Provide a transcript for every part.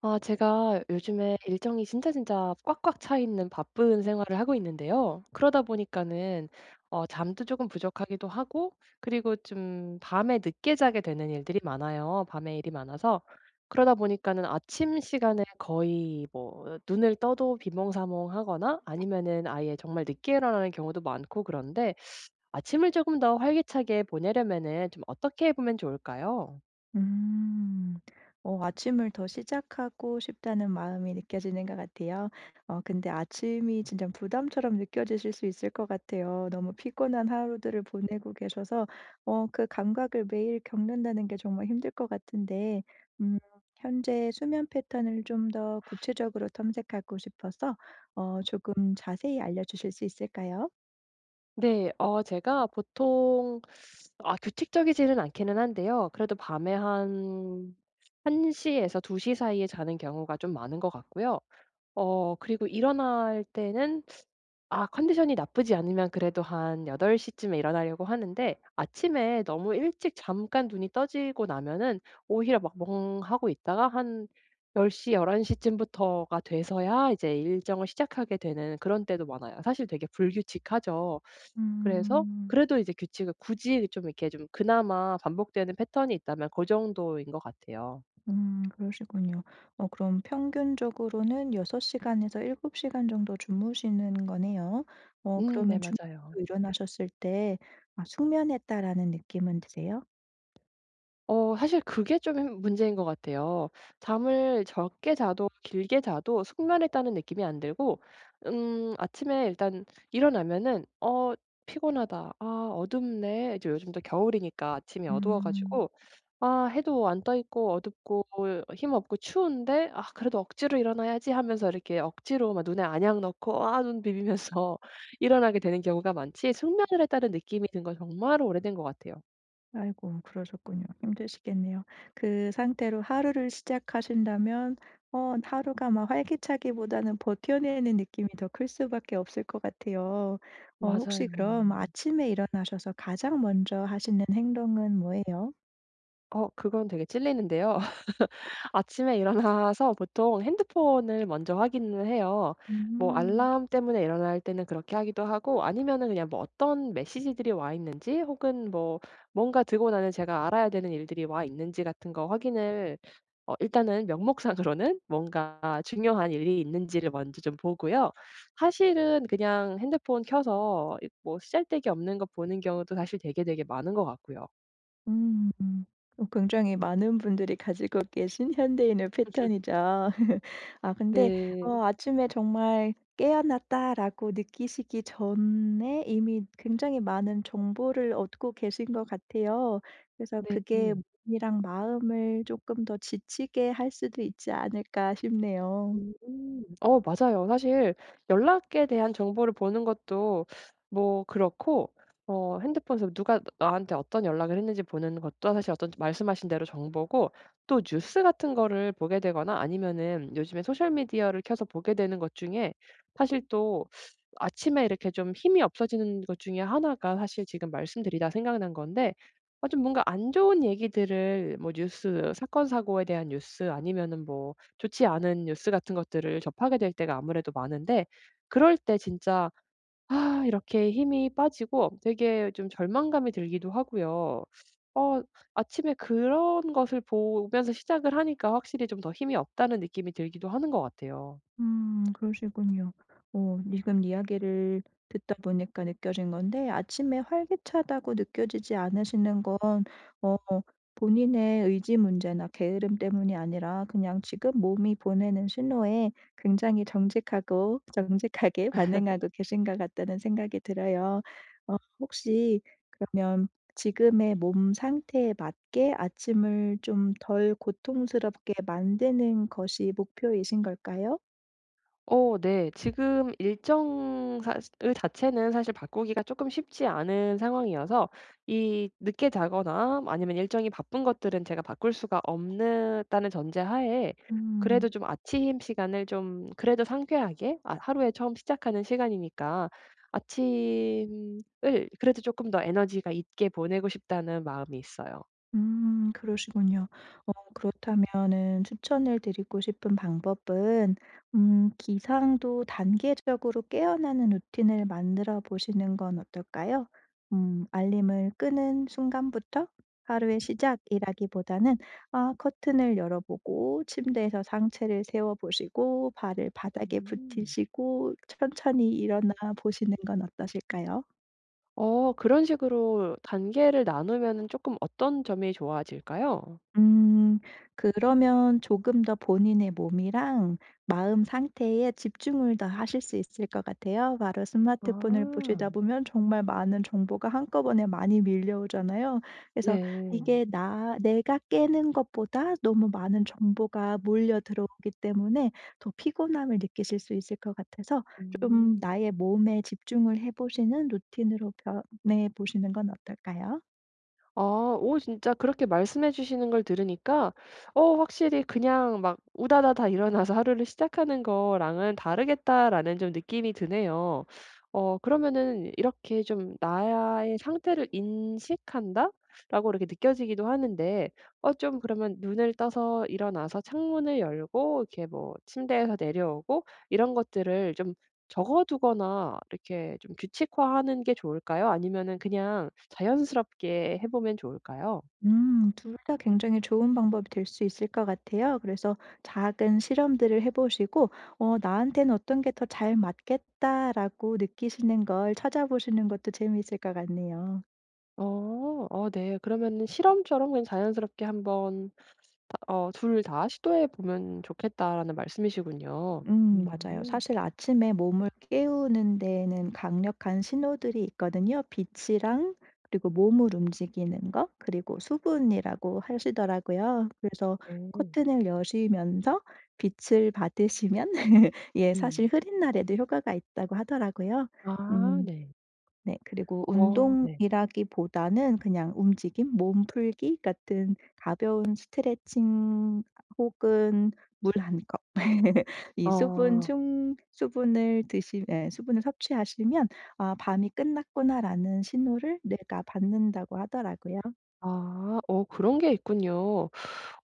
제가 요즘에 일정이 진짜 진짜 꽉꽉 차 있는 바쁜 생활을 하고 있는데요. 그러다 보니까는 잠도 조금 부족하기도 하고, 그리고 좀 밤에 늦게 자게 되는 일들이 많아요. 밤에 일이 많아서. 그러다 보니까는 아침 시간에 거의 뭐 눈을 떠도 비몽사몽하거나 아니면은 아예 정말 늦게 일어나는 경우도 많고, 그런데 아침을 조금 더 활기차게 보내려면은 좀 어떻게 보면 좋을까요? 음. 아침을 더 시작하고 싶다는 마음이 느껴지는 것 같아요. 근데 아침이 진짜 부담처럼 느껴지실 수 있을 것 같아요. 너무 피곤한 하루들을 보내고 계셔서 그 감각을 매일 겪는다는 게 정말 힘들 것 같은데 음 현재 수면 패턴을 좀 더 구체적으로 탐색하고 싶어서 조금 자세히 알려 주실 수 있을까요? 네. 제가 보통 규칙적이지는 않기는 한데요. 그래도 밤에 한 1 시에서 2시 사이에 자는 경우가 좀 많은 것 같고요. 그리고 일어날 때는 컨디션이 나쁘지 않으면 그래도 한 8 시쯤에 일어나려고 하는데, 아침에 너무 일찍 잠깐 눈이 떠지고 나면은 오히려 막 멍하고 있다가 한 10 시, 11 시쯤부터가 돼서야 이제 일정을 시작하게 되는 그런 때도 많아요. 사실 되게 불규칙하죠. 그래서 음. 그래도 이제 규칙을 굳이 좀 이렇게 좀 그나마 반복되는 패턴이 있다면 고 정도인 것 같아요. 음, 그러시군요. 어 그럼 평균적으로는 6 시간에서 7 시간 정도 주무시는 거네요. 어 음, 네, 그러면 맞아요. 주무시고 일어나셨을 때 '아 숙면했다.'라는 느낌은 드세요? 사실 그게 좀 힘 문제인 것 같아요. 잠을 적게 자도 길게 자도 숙면했다는 느낌이 안 들고, 아침에 일단 일어나면은 '어, 피곤하다. 아, 어둡네.' 이제 요즘 또 겨울이니까 아침이 어두워 음. 가지고, 해도 안 떠 있고 어둡고 힘없고 추운데 '아, 그래도 억지로 일어나야지.' 하면서 이렇게 억지로 막 눈에 안약 넣고 눈 비비면서 일어나게 되는 경우가 많지, 숙면을 했다는 느낌이 든 건 정말 오래된 것 같아요. 아이고, 그러셨군요. 힘드시겠네요. 그 상태로 하루를 시작하신다면 하루가 막 활기차기보다는 버텨내는 느낌이 더 클 수밖에 없을 것 같아요. 어 혹시 맞아요. 그럼 아침에 일어나셔서 가장 먼저 하시는 행동은 뭐예요? 그건 되게 찔리는데요. 아침에 일어나서 보통 핸드폰을 먼저 확인을 해요. 뭐 음. 알람 때문에 일어날 때는 그렇게 하기도 하고, 아니면은 그냥 뭐 어떤 메시지들이 와 있는지, 혹은 뭐 뭔가 들고 나는 제가 알아야 되는 일들이 와 있는지 같은 거 확인을, 일단은 명목상으로는 뭔가 중요한 일이 있는지를 먼저 좀 보고요. 사실은 그냥 핸드폰 켜서 뭐 쓰잘데기 없는 거 보는 경우도 사실 되게, 되게 많은 것 같고요. 음. 어 굉장히 많은 분들이 가지고 계신 현대인의 패턴이죠. 아 근데 네. 아침에 정말 '깨어났다.'라고 느끼시기 전에 이미 굉장히 많은 정보를 얻고 계신 것 같아요. 그래서 네. 그게 몸이랑 마음을 조금 더 지치게 할 수도 있지 않을까 싶네요. 음. 맞아요. 사실 연락에 대한 정보를 보는 것도 뭐 그렇고, 핸드폰에서 누가 나한테 어떤 연락을 했는지 보는 것도 사실 어떤 말씀하신 대로 정보고, 또 뉴스 같은 거를 보게 되거나 아니면은 요즘에 소셜 미디어를 켜서 보게 되는 것 중에 사실 또 아침에 이렇게 좀 힘이 없어지는 것 중에 하나가 사실 지금 말씀드리다 생각난 건데, 좀 뭔가 안 좋은 얘기들을, 뭐 뉴스 사건 사고에 대한 뉴스, 아니면은 뭐 좋지 않은 뉴스 같은 것들을 접하게 될 때가 아무래도 많은데, 그럴 때 진짜 이렇게 힘이 빠지고 되게 좀 절망감이 들기도 하고요. 어 아침에 그런 것을 보면서 시작을 하니까 확실히 좀 더 힘이 없다는 느낌이 들기도 하는 것 같아요. 음, 그러시군요. 어 지금 이야기를 듣다 보니까 느껴진 건데 아침에 활기차다고 느껴지지 않으시는 건 어 본인의 의지 문제나 게으름 때문이 아니라 그냥 지금 몸이 보내는 신호에 굉장히 정직하고 정직하게 반응하고 계신 것 같다는 생각이 들어요. 어 혹시 그러면 지금의 몸 상태에 맞게 아침을 좀 덜 고통스럽게 만드는 것이 목표이신 걸까요? 어, 네. 지금 일정 사시 을 자체는 사실 바꾸기가 쪼끔 쉽지 않은 상황이어서, 이 늦게 자거나 아니면 일정이 바쁜 것들은 제가 바꿀 수가 없는 다는 전제하에 그래도 음. 좀 아침 시간을 좀, 그래도 상쾌하게, 하루에 처음 시작하는 시간이니까 아침을 그래도 쪼끔 더 에너지가 있게 보내고 싶다는 마음이 있어요. 음, 그러시군요. 어 그렇다면은 추천을 드리고 싶은 방법은 기상도 단계적으로 깨어나는 루틴을 만들어 보시는 건 어떨까요? 알림을 끄는 순간부터 하루의 시작이라기보다는 아 커튼을 열어 보고 침대에서 상체를 세워 보시고 발을 바닥에 음. 붙이시고 천천히 일어나 보시는 건 어떠실까요? 그런 식으로 단계를 나누면은 쪼끔 어떤 점이 좋아질까요? 음. 그러면 조금 더 본인의 몸이랑 마음 상태에 집중을 더 하실 수 있을 것 같아요. 바로 스마트폰을 보시다 아, 보면 정말 많은 정보가 한꺼번에 많이 밀려오잖아요. 그래서 음, 네. 이게 나 내가 깨는 것보다 너무 많은 정보가 몰려 들어오기 때문에 더 피곤함을 느끼실 수 있을 것 같아서 좀 음. 나의 몸에 집중을 해 보시는 루틴으로 변해 보시는 건 어떨까요? 아, 오, 진짜 그렇게 말씀해 주시는 걸 들으니까 확실히 그냥 막 우다다다 일어나서 하루를 시작하는 거랑은 다르겠다라는 좀 느낌이 드네요. 그러면은 이렇게 좀 '나의 상태를 인식한다.'라고 이렇게 느껴지기도 하는데, 좀 그러면 눈을 떠서 일어나서 창문을 열고 이렇게 뭐 침대에서 내려오고 이런 것들을 좀 적어 두거나 이렇게 좀 규칙화하는 게 좋을까요? 아니면은 그냥 자연스럽게 해 보면 좋을까요? 음. 둘 다 굉장히 좋은 방법이 될 수 있을 것 같아요. 그래서 작은 실험들을 해 보시고 '나한테는 어떤 게 더 잘 맞겠다.'라고 느끼시는 걸 찾아보시는 것도 재미있을 것 같네요. 어. 어, 네. 그러면은 실험처럼 그냥 자연스럽게 한번 다 어 둘 다 시도해 보면 좋겠다라는 말씀이시군요. 맞아요. 음. 사실 아침에 몸을 깨우는 데에는 강력한 신호들이 있거든요. 빛이랑 그리고 몸을 움직이는 것 그리고 수분이라고 하시더라고요. 그래서 네. 커튼을 여시면서 빛을 받으시면 예 음. 사실 흐린 날에도 효과가 있다고 하더라고요. 아, 음. 네. 네. 그리고 어, 네. 운동이라기보다는 그냥 움직임, 몸 풀기 같은 가벼운 스트레칭 혹은 물 한 컵. 이 아. 수분을 드시 예 수분을 섭취하시면 '아 밤이 끝났구나.'라는 신호를 뇌가 받는다고 하더라고요. 아. 그런 게 있군요.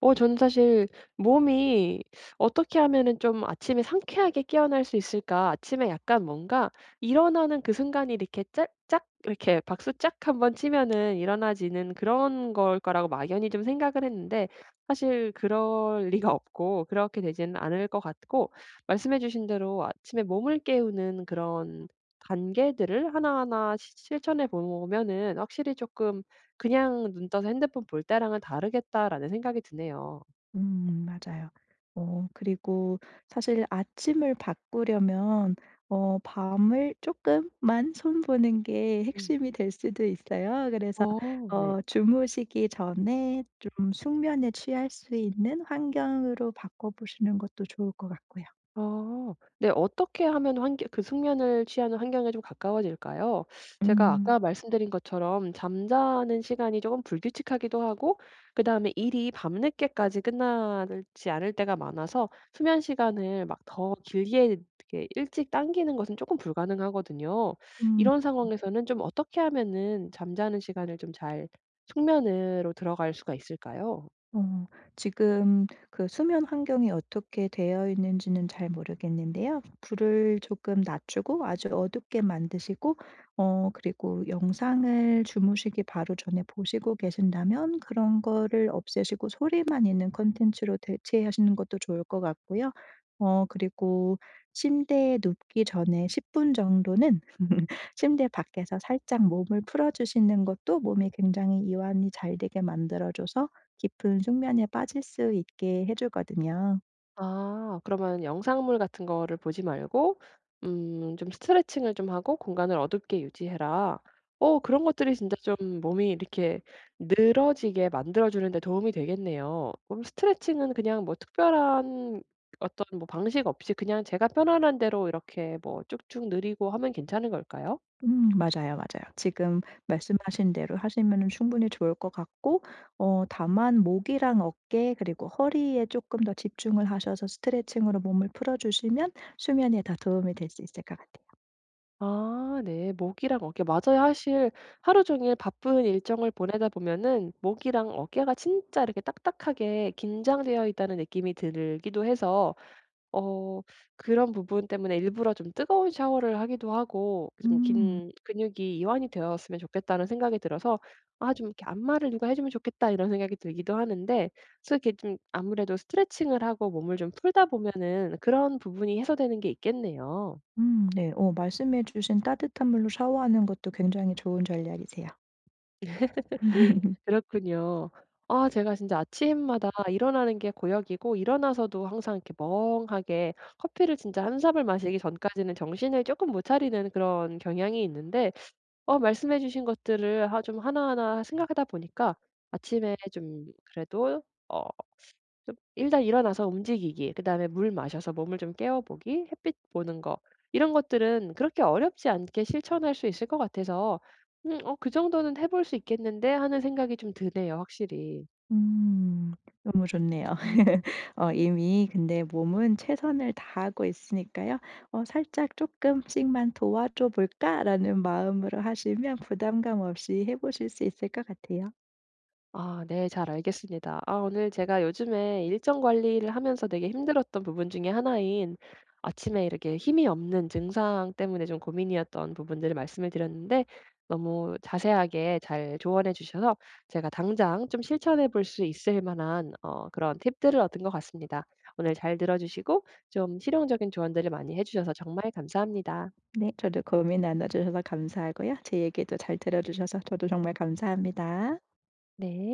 저는 사실 몸이 '어떻게 하면은 좀 아침에 상쾌하게 깨어날 수 있을까?' 아침에 약간 뭔가 일어나는 그 순간이 이렇게 짝 짝 이렇게 박수 짝 한번 치면은 일어나지는 그런 걸 거라고 막연히 좀 생각을 했는데, 사실 그럴 리가 없고 그렇게 되지는 않을 것 같고, 말씀해 주신 대로 아침에 몸을 깨우는 그런 단계들을 하나하나 시 실천해 보면은 확실히 조금, 그냥 '눈 떠서 핸드폰 볼 때랑은 다르겠다.'라는 생각이 드네요. 맞아요. 어 그리고 사실 아침을 바꾸려면 밤을 조금만 손보는 게 음. 핵심이 될 수도 있어요. 그래서 어. 네. 어 주무시기 전에 좀 숙면에 취할 수 있는 환경으로 바꿔 보시는 것도 좋을 것 같고요. 어. 네. 어떻게 하면 환경, 그 숙면을 취하는 환경에 좀 가까워질까요? 제가 아까 음. 말씀드린 것처럼 잠자는 시간이 조금 불규칙하기도 하고, 그다음에 일이 밤늦게까지 끝나지 않을 때가 많아서 수면 시간을 막 더 길게 이렇게 일찍 당기는 것은 조금 불가능하거든요. 음. 이런 상황에서는 좀 어떻게 하면은 잠자는 시간을 좀 잘 숙면으로 들어갈 수가 있을까요? 어 지금 그 수면 환경이 어떻게 되어 있는지는 잘 모르겠는데요. 불을 조금 낮추고 아주 어둡게 만드시고 그리고 영상을 주무시기 바로 전에 보시고 계신다면 그런 거를 없애시고 소리만 있는 컨텐츠로 대체하시는 것도 좋을 것 같고요. 어 그리고 침대에 눕기 전에 10분 정도는 침대 밖에서 살짝 몸을 풀어 주시는 것도 몸이 굉장히 이완이 잘 되게 만들어 줘서 깊은 숙면에 빠질 수 있게 해 주거든요. 아, 그러면 영상물 같은 거를 보지 말고, 음 좀 스트레칭을 좀 하고 공간을 어둡게 유지해라. 오, 그런 것들이 진짜 좀 몸이 이렇게 늘어지게 만들어 주는 데 도움이 되겠네요. 그럼 스트레칭은 그냥 뭐 특별한 어떤 뭐 방식 없이 그냥 제가 편안한 대로 이렇게 뭐 쭉쭉 늘이고 하면 괜찮은 걸까요? 맞아요, 맞아요. 지금 말씀하신 대로 하시면 충분히 좋을 것 같고 다만 목이랑 어깨 그리고 허리에 조금 더 집중을 하셔서 스트레칭으로 몸을 풀어 주시면 수면에 더 도움이 될 수 있을 것 같아요. 아, 네. 목이랑 어깨, 맞아요. 사실 하루 종일 바쁜 일정을 보내다 보면은 목이랑 어깨가 진짜 이렇게 딱딱하게 긴장되어 있다는 느낌이 들기도 해서, 어 그런 부분 때문에 일부러 좀 뜨거운 샤워를 하기도 하고 좀 음. 긴 근육이 이완이 되었으면 좋겠다는 생각이 들어서 '아, 좀 이렇게 안마를 누가 해 주면 좋겠다.' 이런 생각이 들기도 하는데, 그래서 이렇게 좀 아무래도 스트레칭을 하고 몸을 좀 풀다 보면은 그런 부분이 해소되는 게 있겠네요. 네. 어 말씀해 주신 따뜻한 물로 샤워하는 것도 굉장히 좋은 전략이세요. 그렇군요. 제가 진짜 아침마다 일어나는 게 고역이고, 일어나서도 항상 이렇게 멍하게 커피를 진짜 한 잔을 마시기 전까지는 정신을 조금 못 차리는 그런 경향이 있는데, 말씀해 주신 것들을 하 좀 하나하나 생각하다 보니까 아침에 좀, 그래도, 어 좀 일단 일어나서 움직이기, 그다음에 물 마셔서 몸을 좀 깨워 보기, 햇빛 보는 거, 이런 것들은 그렇게 어렵지 않게 실천할 수 있을 것 같아서, '어, 그 정도는 해볼 수 있겠는데.' 하는 생각이 좀 드네요, 확실히. 음. 너무 좋네요. 어 이미 근데 몸은 최선을 다하고 있으니까요. 어 '살짝 조금씩만 도와줘 볼까?'라는 마음으로 하시면 부담감 없이 해 보실 수 있을 것 같아요. 아, 네. 잘 알겠습니다. 오늘 제가 요즘에 일정 관리를 하면서 되게 힘들었던 부분 중에 하나인, 아침에 이렇게 힘이 없는 증상 때문에 좀 고민이었던 부분들을 말씀을 드렸는데, 너무 자세하게 잘 조언해 주셔서 제가 당장 좀 실천해 볼 수 있을 만한 그런 팁들을 얻은 것 같습니다. 오늘 잘 들어 주시고 좀 실용적인 조언들을 많이 해 주셔서 정말 감사합니다. 네. 저도 고민 나눠 주셔서 감사하고요. 제 얘기도 잘 들어 주셔서 저도 정말 감사합니다. 네.